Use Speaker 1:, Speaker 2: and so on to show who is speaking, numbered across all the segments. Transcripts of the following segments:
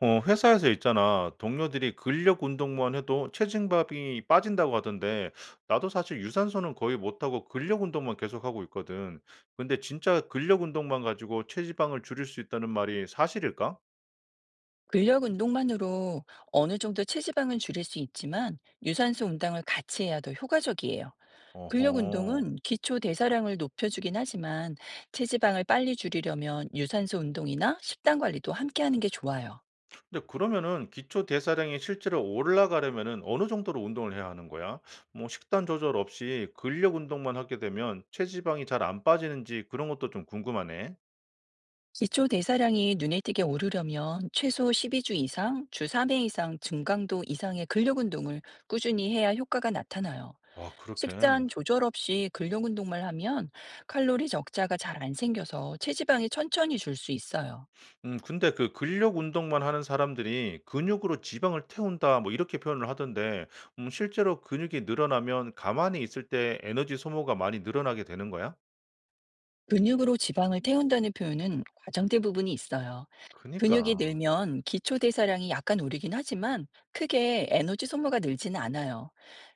Speaker 1: 회사에서 있잖아. 동료들이 근력 운동만 해도 체증밥이 빠진다고 하던데, 나도 사실 유산소는 거의 못하고 근력 운동만 계속하고 있거든. 근데 진짜 근력 운동만 가지고 체지방을 줄일 수 있다는 말이 사실일까?
Speaker 2: 근력 운동만으로 어느 정도 체지방은 줄일 수 있지만, 유산소 운동을 같이 해야 더 효과적이에요. 근력
Speaker 1: 어허.
Speaker 2: 운동은 기초 대사량을 높여주긴 하지만, 체지방을 빨리 줄이려면 유산소 운동이나 식단 관리도 함께 하는 게 좋아요.
Speaker 1: 근데 그러면은 기초 대사량이 실제로 올라가려면은 어느 정도로 운동을 해야 하는 거야? 뭐 식단 조절 없이 근력 운동만 하게 되면 체지방이 잘 안 빠지는지 그런 것도 좀 궁금하네.
Speaker 2: 기초 대사량이 눈에 띄게 오르려면 최소 12주 이상, 주 3회 이상 증강도 이상의 근력 운동을 꾸준히 해야 효과가 나타나요.
Speaker 1: 아, 그렇게.
Speaker 2: 식단 조절 없이 근력 운동만 하면 칼로리 적자가 잘 안 생겨서 체지방이 천천히 줄 수 있어요.
Speaker 1: 근데 그 "근력 운동만 하는 사람들이 근육으로 지방을 태운다." 뭐 이렇게 표현을 하던데 실제로 근육이 늘어나면 가만히 있을 때 에너지 소모가 많이 늘어나게 되는 거야?
Speaker 2: 근육으로 지방을 태운다는 표현은 과장된 부분이 있어요. 근육이
Speaker 1: 그니까.
Speaker 2: 늘면 기초 대사량이 약간 오르긴 하지만, 크게 에너지 소모가 늘지는 않아요.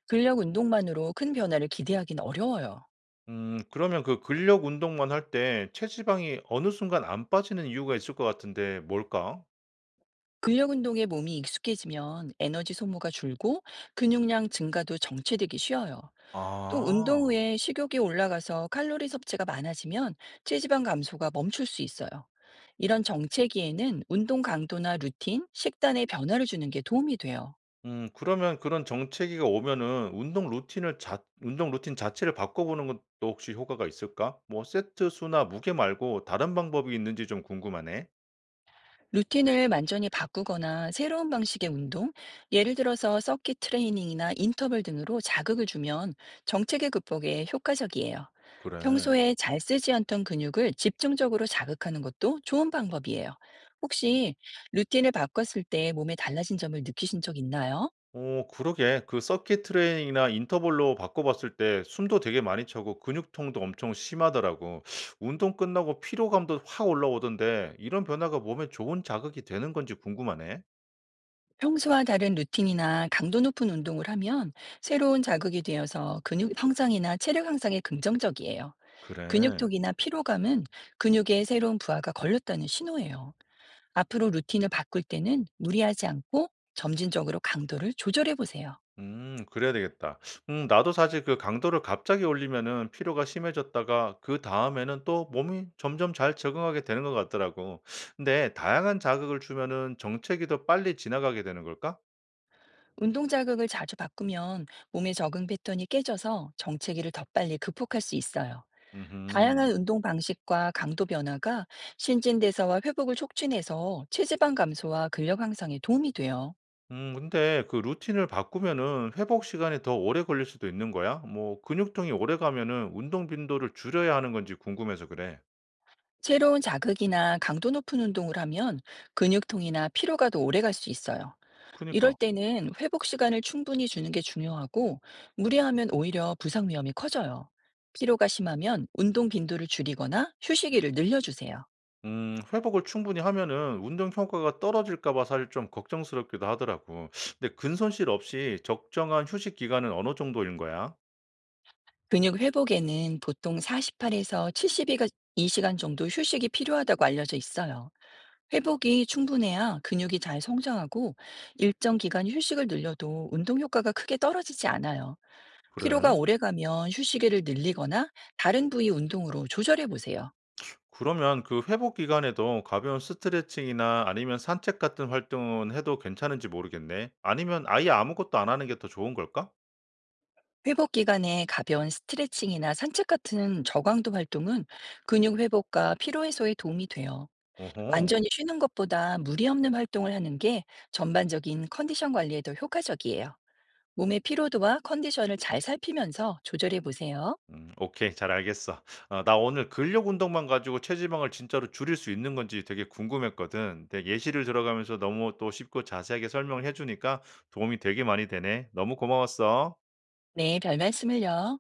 Speaker 2: 근력 운동만으로 큰 변화를 기대하긴 어려워요.
Speaker 1: 그러면 그 근력 운동만 할 때 체지방이 어느 순간 안 빠지는 이유가 있을 것 같은데 뭘까?
Speaker 2: 근력 운동에 몸이 익숙해지면 에너지 소모가 줄고, 근육량 증가도 정체되기 쉬워요. 또 운동
Speaker 1: 아.
Speaker 2: 후에 식욕이 올라가서 칼로리 섭취가 많아지면 체지방 감소가 멈출 수 있어요. 이런 정체기에는 운동 강도나 루틴, 식단의 변화를 주는 게 도움이 돼요.
Speaker 1: 그러면 그런 정체기가 오면은 운동 루틴 자체를 바꿔보는 것도 혹시 효과가 있을까? 뭐 세트 수나 무게 말고 다른 방법이 있는지 좀 궁금하네.
Speaker 2: 루틴을 완전히 바꾸거나 새로운 방식의 운동, 예를 들어서 서킷 트레이닝이나 인터벌 등으로 자극을 주면 정체기 극복에 효과적이에요.
Speaker 1: 그래.
Speaker 2: 평소에 잘 쓰지 않던 근육을 집중적으로 자극하는 것도 좋은 방법이에요. 혹시 루틴을 바꿨을 때 몸에 달라진 점을 느끼신 적 있나요?
Speaker 1: 그러게. 그 서킷 트레이닝이나 인터벌로 바꿔 봤을 때 숨도 되게 많이 차고 근육통도 엄청 심하더라고. 운동 끝나고 피로감도 확 올라오던데 이런 변화가 몸에 좋은 자극이 되는 건지 궁금하네.
Speaker 2: 평소와 다른 루틴이나 강도 높은 운동을 하면 새로운 자극이 되어서 근육 형상이나 체력 향상에 긍정적이에요.
Speaker 1: 그래.
Speaker 2: 근육통이나 피로감은 근육에 새로운 부하가 걸렸다는 신호예요. 앞으로 루틴을 바꿀 때는 무리하지 않고 점진적으로 강도를 조절해 보세요.
Speaker 1: 그래야 되겠다. 나도 사실 그 강도를 갑자기 올리면은 피로가 심해졌다가 그다음에는 또 몸이 점점 잘 적응하게 되는 것 같더라고. 근데 다양한 자극을 주면은 정체기도 빨리 지나가게 되는 걸까?
Speaker 2: 운동 자극을 자주 바꾸면 몸의 적응 패턴이 깨져서 정체기를 더 빨리 극복할 수 있어요.
Speaker 1: 음
Speaker 2: 다양한 운동 방식과 강도 변화가 신진대사와 회복을 촉진해서 체지방 감소와 근력 향상에 도움이 돼요.
Speaker 1: 근데 그 루틴을 바꾸면은 회복 시간이 더 오래 걸릴 수도 있는 거야? 뭐 근육통이 오래 가면은 운동 빈도를 줄여야 하는 건지 궁금해서 그래.
Speaker 2: 새로운 자극이나 강도 높은 운동을 하면 근육통이나 피로가 더 오래 갈 수 있어요. 이럴
Speaker 1: 그니까.
Speaker 2: 때는 회복 시간을 충분히 주는 게 중요하고, 무리하면 오히려 부상 위험이 커져요. 피로가 심하면 운동 빈도를 줄이거나 휴식일을 늘려주세요.
Speaker 1: 회복을 충분히 하면은 운동 효과가 떨어질까 봐 사실 좀 걱정스럽기도 하더라고. 근데 근손실 없이 적정한 휴식 기간은 어느 정도인 거야?
Speaker 2: 근육 회복에는 보통 48에서 72시간 정도 휴식이 필요하다고 알려져 있어요. 회복이 충분해야 근육이 잘 성장하고, 일정 기간 휴식을 늘려도 운동 효과가 크게 떨어지지 않아요. 피로가
Speaker 1: 그래.
Speaker 2: 오래가면 휴식을 늘리거나 다른 부위 운동으로 조절해 보세요.
Speaker 1: 그러면 그 회복 기간에도 가벼운 스트레칭이나 아니면 산책 같은 활동은 해도 괜찮은지 모르겠네. 아니면 아예 아무것도 안 하는 게 더 좋은 걸까?
Speaker 2: 회복 기간에 가벼운 스트레칭이나 산책 같은 저강도 활동은 근육 회복과 피로 해소에 도움이 돼요.
Speaker 1: 어허.
Speaker 2: 완전히 쉬는 것보다 무리 없는 활동을 하는 게 전반적인 컨디션 관리에 더 효과적이에요. 몸의 피로도와 컨디션을 잘 살피면서 조절해 보세요.
Speaker 1: 오케이. 잘 알겠어. 나 오늘 근력 운동만 가지고 체지방을 진짜로 줄일 수 있는 건지 되게 궁금했거든. 근데 예시를 들어가면서 너무 또 쉽고 자세하게 설명을 해 주니까 도움이 되게 많이 되네. 너무 고마웠어.
Speaker 2: 네, 별 말씀을요.